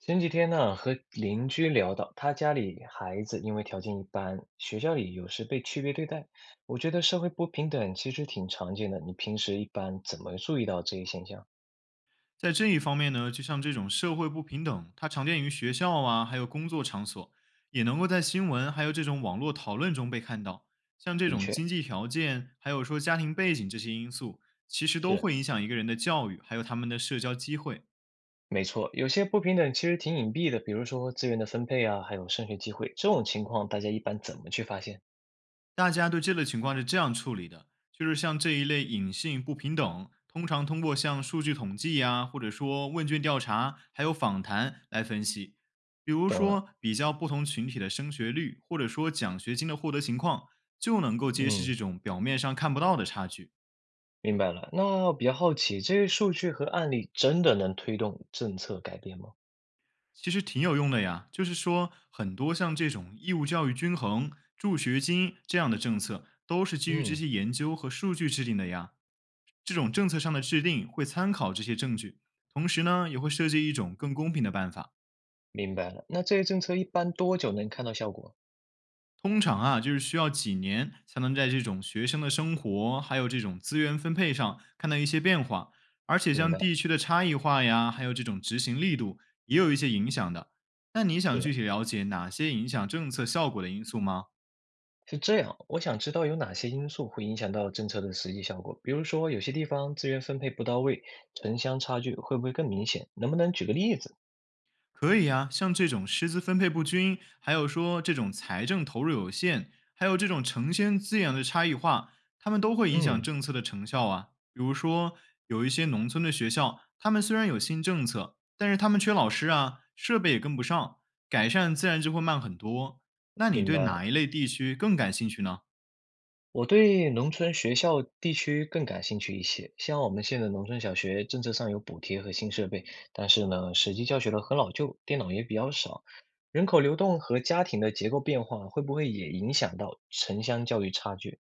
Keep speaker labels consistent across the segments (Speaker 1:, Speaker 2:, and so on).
Speaker 1: 前几天呢，和邻居聊到，他家里孩子因为条件一般，学校里有时被区别对待。我觉得社会不平等其实挺常见的，你平时一般怎么注意到这一现象？
Speaker 2: 在这一方面呢，就像这种社会不平等，它常见于学校啊，还有工作场所，也能够在新闻还有这种网络讨论中被看到。像这
Speaker 1: 的
Speaker 2: 种
Speaker 1: 确
Speaker 2: 经济条件，还有说家庭背景这些因素，其实都
Speaker 1: 是，
Speaker 2: 会影响一个人的教育，还有他们的社交机会。
Speaker 1: 没错，有些不平等其实挺隐蔽的，比如说资源的分配啊，还有升学机会，这种情况大家一般怎么去发现？
Speaker 2: 大家对这类情况是这样处理的，就是像这一类隐性不平等，通常通过像数据统计呀、或者说问卷调查，还有访谈来分析。比如
Speaker 1: 懂了，
Speaker 2: 说，比较不同群体的升学率，或者说奖学金的获得情况，就能够揭示这
Speaker 1: 嗯，
Speaker 2: 种表面上看不到的差距。
Speaker 1: 明白了。那我比较好奇，这些数据和案例真的能推动政策改变吗？
Speaker 2: 其实挺有用的呀，就是说很多像这种义务教育均衡、助学金这样的政策，都是基于这
Speaker 1: 嗯，
Speaker 2: 些研究和数据制定的呀。这种政策上的制定会参考这些证据，同时呢，也会设计一种更公平的办法。
Speaker 1: 明白了。那这些政策一般多久能看到效果？
Speaker 2: 通常啊，就是需要几年才能在这种学生的生活还有这种资源分配上看到一些变化，而且
Speaker 1: 明
Speaker 2: 像
Speaker 1: 白，
Speaker 2: 地区的差异化呀，还有这种执行力度也有一些影响的。那你想
Speaker 1: 是
Speaker 2: 具体了解哪些影响政策效果的因素吗？
Speaker 1: 是这样。我想知道有哪些因素会影响到政策的实际效果，比如说有些地方资源分配不到位，城乡差距会不会更明显？能不能举个例子？
Speaker 2: 可以啊，像这种师资分配不均，还有说这种财政投入有限，还有这种城乡资源的差异化，他们都会影响
Speaker 1: 嗯，
Speaker 2: 政策的成效啊。比如说，有一些农村的学校，他们虽然有新政策，但是他们缺老师啊，设备也跟不上，改善自然就会慢很多。那你
Speaker 1: 明
Speaker 2: 对
Speaker 1: 白了。
Speaker 2: 哪一类地区更感兴趣呢？
Speaker 1: 我对农村学校地区更感兴趣一些。像我们现在农村小学，政策上有补贴和新设备，但是呢，实际教学的很老旧，电脑也比较少。人口流动和家庭的结构变化会不会也影响到城乡教育差距？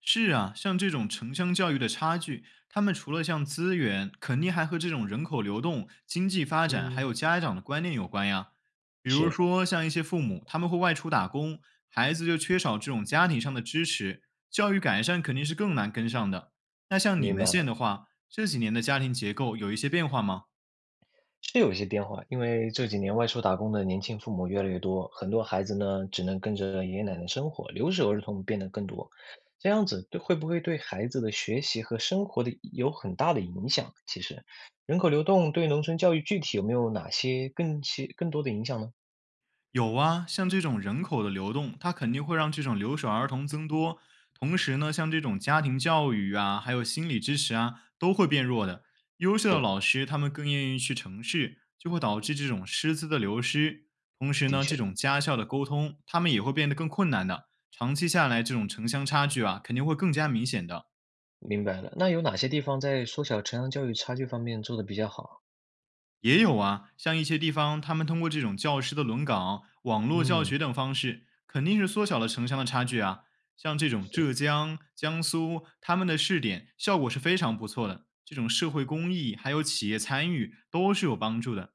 Speaker 2: 是啊，像这种城乡教育的差距，他们除了像资源，肯定还和这种人口流动、经济发展，还
Speaker 1: 嗯，
Speaker 2: 有家长的观念有关呀。比如
Speaker 1: 是，
Speaker 2: 说，像一些父母，他们会外出打工，孩子就缺少这种家庭上的支持，教育改善肯定是更难跟上的。那像你
Speaker 1: 明
Speaker 2: 们
Speaker 1: 白
Speaker 2: 县
Speaker 1: 了。
Speaker 2: 的话，这几年的家庭结构有一些变化吗？
Speaker 1: 是有一些变化，因为这几年外出打工的年轻父母越来越多，很多孩子呢只能跟着爷爷奶奶生活，留守儿童变得更多。这样子对会不会对孩子的学习和生活的有很大的影响？其实，人口流动对农村教育具体有没有哪些更多的影响呢？
Speaker 2: 有啊，像这种人口的流动，它肯定会让这种留守儿童增多。同时呢，像这种家庭教育啊，还有心理支持啊，都会变弱的。优秀的
Speaker 1: 是，
Speaker 2: 老师，他们更愿意去城市，就会导致这种师资的流失。同时
Speaker 1: 的
Speaker 2: 呢，这
Speaker 1: 确，
Speaker 2: 种家校的沟通，他们也会变得更困难的。长期下来，这种城乡差距啊，肯定会更加明显的。
Speaker 1: 明白了。那有哪些地方在缩小城乡教育差距方面做得比较好？
Speaker 2: 也有啊，像一些地方，他们通过这种教师的轮岗、网络教
Speaker 1: 嗯，
Speaker 2: 学等方式，肯定是缩小了城乡的差距啊。像这种
Speaker 1: 是，
Speaker 2: 浙江、江苏，他们的试点效果是非常不错的。这种社会公益还有企业参与都是有帮助的。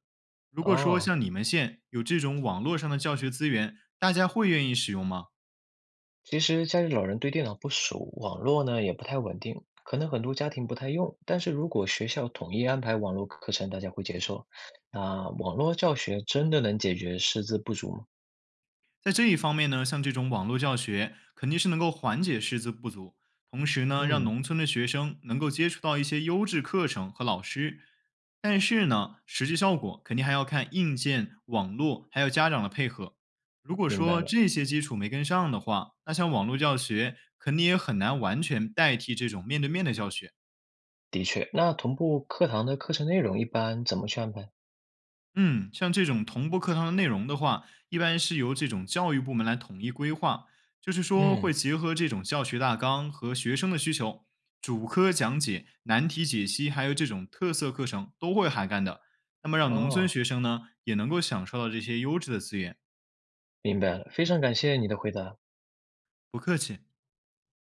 Speaker 2: 如果说
Speaker 1: 哦。
Speaker 2: 像你们县有这种网络上的教学资源，大家会愿意使用吗？
Speaker 1: 其实家里老人对电脑不熟，网络呢也不太稳定，可能很多家庭不太用。但是如果学校统一安排网络课程，大家会接受。那网络教学真的能解决师资不足吗？
Speaker 2: 在这一方面呢，像这种网络教学肯定是能够缓解师资不足，同时呢，让
Speaker 1: 嗯，
Speaker 2: 农村的学生能够接触到一些优质课程和老师。但是呢，实际效果肯定还要看硬件、网络还有家长的配合。如果
Speaker 1: 明白
Speaker 2: 说
Speaker 1: 了，
Speaker 2: 这些基础没跟上的话，那像网络教学肯定也很难完全代替这种面对面的教学。
Speaker 1: 的确。那同步课堂的课程内容一般怎么去安排？
Speaker 2: 嗯，像这种同步课堂的内容的话，一般是由这种教育部门来统一规划，就是说会
Speaker 1: 嗯，
Speaker 2: 结合这种教学大纲和学生的需求，主科讲解、难题解析，还有这种特色课程都会涵盖的。那么让农村
Speaker 1: 哦，
Speaker 2: 学生呢，也能够享受到这些优质的资源。
Speaker 1: 明白了，非常感谢你的回答。
Speaker 2: 不客气。